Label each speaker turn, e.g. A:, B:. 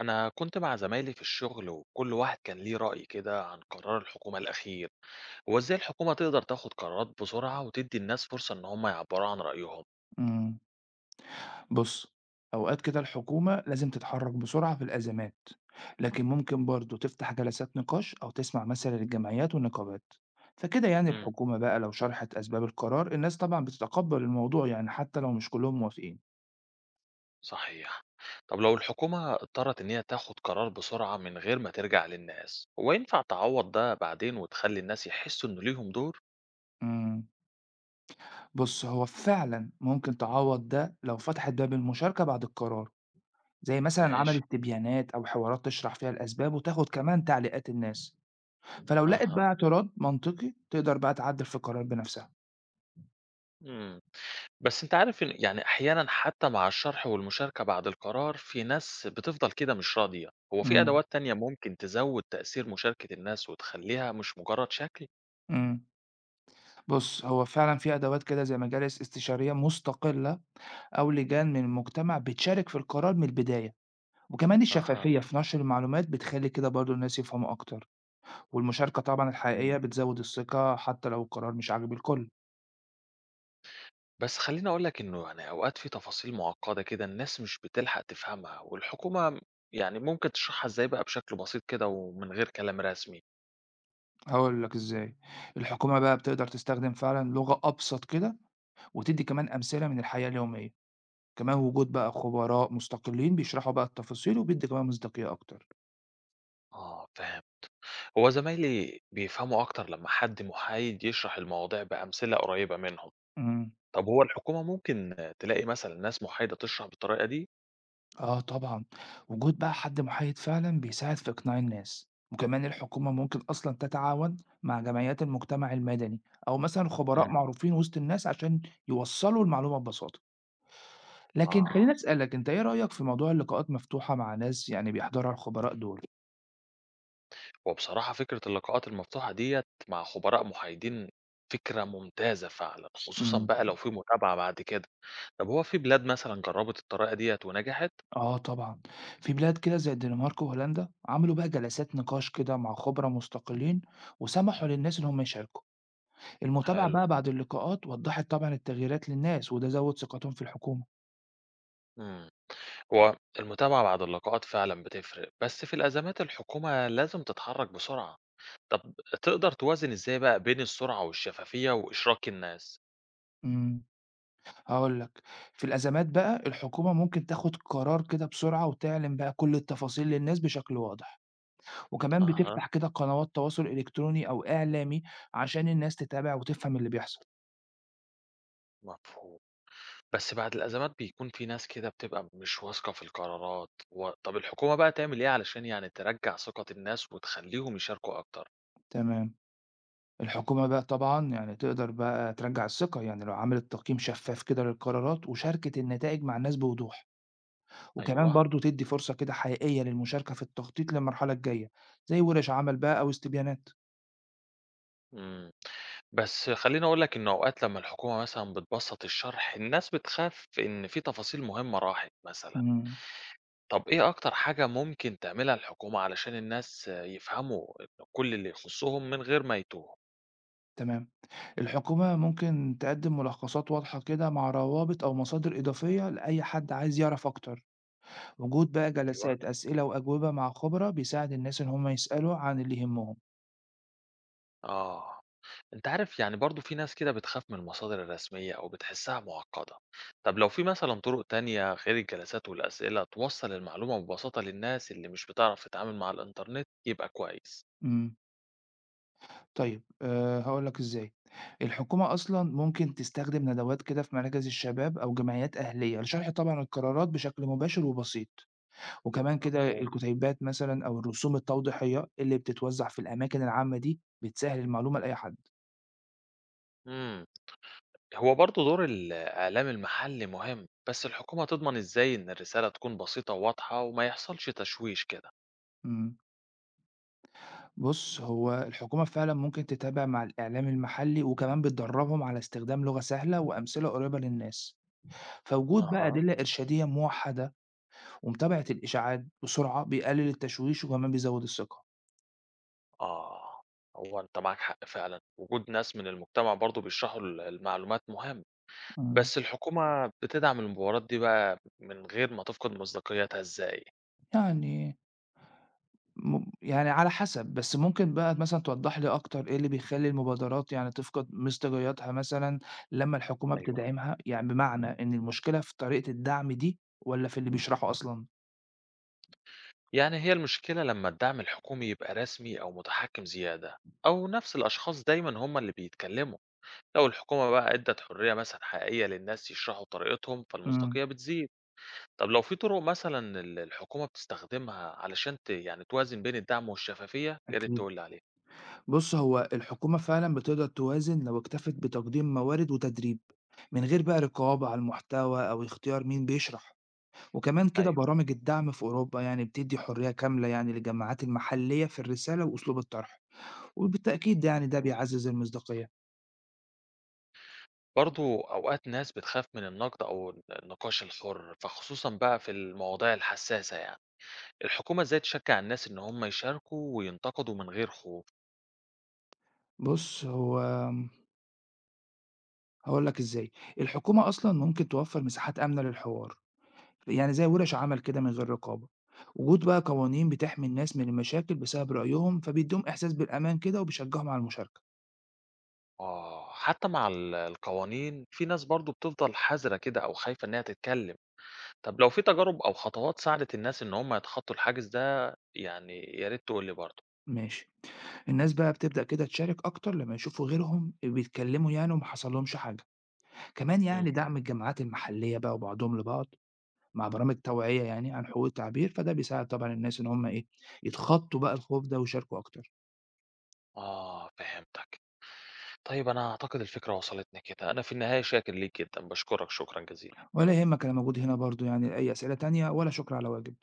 A: أنا كنت مع زمايلي في الشغل وكل واحد كان ليه رأي كده عن قرار الحكومة الأخير، هو إزاي الحكومة تقدر تاخد قرارات بسرعة وتدي الناس فرصة إن هم يعبروا عن رأيهم؟
B: إمم، بُص، أوقات كده الحكومة لازم تتحرك بسرعة في الأزمات، لكن ممكن برضه تفتح جلسات نقاش أو تسمع مثلًا للجمعيات والنقابات، فكده يعني
A: امم
B: الحكومة بقى لو شرحت أسباب القرار الناس طبعًا بتتقبل الموضوع يعني حتى لو مش كلهم موافقين.
A: صحيح، طب لو الحكومة اضطرت إن هي تاخد قرار بسرعة من غير ما ترجع للناس، هو ينفع تعوض ده بعدين وتخلي الناس يحسوا إن ليهم دور؟
B: إمم، بُص هو فعلًا ممكن تعوّض ده لو فتحت باب المشاركة بعد القرار، زي مثلًا
A: ماشي،
B: عملت استبيانات أو حوارات تشرح فيها الأسباب وتاخد كمان تعليقات الناس، فلو لقت بقى
A: أها،
B: اعتراض منطقي تقدر بقى تعدل في القرار بنفسها.
A: إمم. بس أنت عارف إن يعني أحيانًا حتى مع الشرح والمشاركة بعد القرار، في ناس بتفضل كده مش راضية. هو في
B: إمم.
A: أدوات تانية ممكن تزوّد تأثير مشاركة الناس وتخلّيها مش مجرد شكل؟
B: إمم. بُص، هو فعلًا في أدوات كده زي مجالس استشارية مستقلة أو لجان من المجتمع بتشارك في القرار من البداية، وكمان
A: أها،
B: الشفافية في نشر المعلومات بتخلّي كده برضه الناس يفهموا أكتر، والمشاركة طبعًا
A: إمم.
B: الحقيقية بتزوّد الثقة حتى لو القرار مش عاجب الكل.
A: بس خلّيني أقول لك إنه يعني أوقات في تفاصيل معقدة كده الناس مش بتلحق تفهمها، والحكومة يعني ممكن تشرحها إزاي بقى بشكل بسيط كده ومن غير كلام رسمي؟
B: هاقول لك إزاي، الحكومة بقى بتقدر تستخدم فعلًا لغة أبسط كده، وتدّي كمان أمثلة من الحياة اليومية، كمان وجود بقى خبراء مستقلين بيشرحوا بقى التفاصيل وبيدّي كمان مصداقية أكتر.
A: آه فاهم. هو زمايلي بيفهموا أكتر لمّا حد محايد يشرح المواضيع بأمثلة قريبة منهم.
B: إمم.
A: طب هو الحكومة ممكن تلاقي مثلًا ناس محايدة تشرح بالطريقة دي؟
B: آه طبعًا، وجود بقى حد محايد فعلًا بيساعد في إقناع الناس، وكمان الحكومة ممكن أصلًا تتعاون مع جمعيات المجتمع المدني أو مثلًا خبراء
A: إمم.
B: معروفين وسط الناس عشان يوصّلوا المعلومة ببساطة، لكن
A: آه،
B: خلّيني أسألك أنت إيه رأيك في موضوع اللقاءات مفتوحة مع ناس يعني بيحضرها الخبراء دول؟
A: هو بصراحة فكرة اللقاءات المفتوحة ديّة مع خبراء محايدين فكرة ممتازة فعلًا، خصوصًا
B: إمم،
A: بقى لو في متابعة بعد كده. طب هو في بلاد مثلًا جربت الطريقة ديّة ونجحت؟
B: آه طبعًا، في بلاد كده زي الدنمارك وهولندا عملوا بقى جلسات نقاش كده مع خبرا مستقلين وسمحوا للناس إن هم يشاركوا. المتابعة
A: حلو،
B: بقى بعد اللقاءات وضحت طبعًا التغييرات للناس، وده زوّد ثقتهم في الحكومة.
A: إمم، هو المتابعة بعد اللقاءات فعلًا بتفرق، بس في الأزمات الحكومة لازم تتحرك بسرعة. طب تقدر توازن إزاي بقى بين السرعة والشفافية وإشراك الناس؟
B: إمم. هاقول لك، في الأزمات بقى الحكومة ممكن تاخد قرار كده بسرعة وتعلن بقى كل التفاصيل للناس بشكل واضح، وكمان
A: أها،
B: بتفتح كده قنوات تواصل إلكتروني أو إعلامي عشان الناس تتابع وتفهم اللي بيحصل.
A: مفهوم. بس بعد الأزمات بيكون في ناس كده بتبقى مش واثقة في القرارات و... طب الحكومة بقى تعمل إيه علشان يعني ترجع ثقة الناس وتخليهم يشاركوا أكتر؟
B: تمام. الحكومة بقى طبعًا يعني تقدر بقى ترجّع الثقة، يعني لو عملت تقييم شفاف كده للقرارات وشاركت النتائج مع الناس بوضوح. وكمان
A: أيوه،
B: برضه تدّي فرصة كده حقيقية للمشاركة في التخطيط للمرحلة الجاية، زي ورش عمل بقى أو استبيانات.
A: امم بس خليني أقول لك إن أوقات لما الحكومة مثلا بتبسط الشرح الناس بتخاف إن في تفاصيل مهمة راحت مثلا.
B: إمم،
A: طب إيه أكتر حاجة ممكن تعملها الحكومة علشان الناس يفهموا إن كل اللي يخصهم من غير ما يتوه؟
B: تمام. الحكومة ممكن تقدّم ملخصات واضحة كده مع روابط أو مصادر إضافية لأي حد عايز يعرف أكتر. وجود بقى
A: أيوه،
B: جلسات أسئلة وأجوبة مع خبراء بيساعد الناس إن هم يسألوا عن اللي يهمهم.
A: آه، أنت عارف يعني برضه في ناس كده بتخاف من المصادر الرسمية أو بتحسها معقدة، طب لو في مثلًا طرق تانية غير الجلسات والأسئلة توصل المعلومة ببساطة للناس اللي مش بتعرف تتعامل مع الإنترنت يبقى كويس.
B: إمم، طيب هاقول لك إزاي. الحكومة أصلًا ممكن تستخدم ندوات كده في مراكز الشباب أو جمعيات أهلية لشرح طبعًا القرارات بشكل مباشر وبسيط. وكمان كده
A: مفهوم.
B: الكتيبات مثلًا أو الرسوم التوضيحية اللي بتتوزّع في الأماكن العامة دي بتسهّل المعلومة لأي حد.
A: امم هو برضه دور الإعلام المحلي مهم، بس الحكومة تضمن إزاي إن الرسالة تكون بسيطة وواضحة وما يحصلش تشويش كده؟
B: إمم. بُص، هو الحكومة فعلًا ممكن تتابع مع الإعلام المحلي وكمان بتدرّبهم على استخدام لغة سهلة وأمثلة قريبة للناس، فوجود بقى
A: اها،
B: أدلة إرشادية موحّدة ومتابعة الإشاعات بسرعة بيقلل التشويش وكمان بيزوّد الثقة.
A: آه، هو أنت معاك حق فعلًا، وجود ناس من المجتمع برضه بيشرحوا المعلومات مهم.
B: إمم.
A: بس الحكومة بتدعم المبارات دي بقى من غير ما تفقد مصداقيتها إزاي؟
B: يعني يعني على حسب، بس ممكن بقى مثلًا توضّح لي أكتر إيه اللي بيخلّي المبادرات يعني تفقد مصداقيتها مثلًا لمّا الحكومة
A: ايوه،
B: بتدعمها؟ يعني بمعنى إن المشكلة في طريقة الدعم دي والّا في اللي بيشرحه أصلًا؟
A: يعني هي المشكلة لما الدعم الحكومي يبقى رسمي أو متحكم زيادة أو نفس الأشخاص دايما هم اللي بيتكلموا. لو الحكومة بقى ادت حرية مثلا حقيقية للناس يشرحوا طريقتهم
B: إمم،
A: فالمصداقية بتزيد. طب لو في طرق مثلا اللي الحكومة بتستخدمها علشان ت... يعني توازن بين الدعم والشفافية يا ريت
B: أكيد.
A: تقولي عليها.
B: بُص، هو الحكومة فعلًا بتقدر توازن لو اكتفت بتقديم موارد وتدريب، من غير بقى رقابة على المحتوى أو اختيار مين بيشرح، وكمان كده برامج الدعم في أوروبا يعني بتدّي حرية كاملة يعني للجامعات المحلية في الرسالة وأسلوب الطرح. وبالتأكيد يعني ده
A: ايوه،
B: بيعزّز المصداقية.
A: برضه أوقات ناس بتخاف من النقد أو النقاش الحُر، فخصوصًا بقى في المواضيع الحساسة يعني، الحكومة إزاي تشجّع الناس إن هم يشاركوا وينتقدوا من غير خوف؟
B: بُص، هو هاقول لك إزاي، الحكومة أصلًا ممكن توفّر مساحات آمنة للحوار، يعني زي ورش عمل كده من غير رقابة. وجود بقى قوانين بتحمي الناس من المشاكل بسبب رأيهم، فبيدّيهم إحساس بالأمان كده وبيشجّعهم على المشاركة.
A: آه، حتى مع ال القوانين في ناس برضه بتفضل حذرة كده أو خايفة إنها تتكلم، طب لو في تجارب أو خطوات ساعدت الناس إن هم يتخطّوا الحاجز ده يعني يا ريت تقول لي برضه.
B: ماشي، الناس بقى بتبدأ كده تشارك أكتر لمّا يشوفوا غيرهم بيتكلّموا يعني وما حصلهمش حاجة. كمان يعني
A: اهم،
B: دعم الجمعيات المحلية بقى وبعضهم لبعض مع برامج توعية يعني عن حقوق التعبير، فده بيساعد طبعًا الناس إن هم إيه، يتخطّوا بقى الخوف ده ويشاركوا أكتر.
A: آه فهمتك. طيب أنا أعتقد الفكرة وصلتني كده، أنا في النهاية شاكر ليك جدًا، باشكرك شكرًا جزيلًا.
B: ولا يهمك أنا موجود هنا برضه يعني لأي أسئلة تانية، ولا شكر على واجب.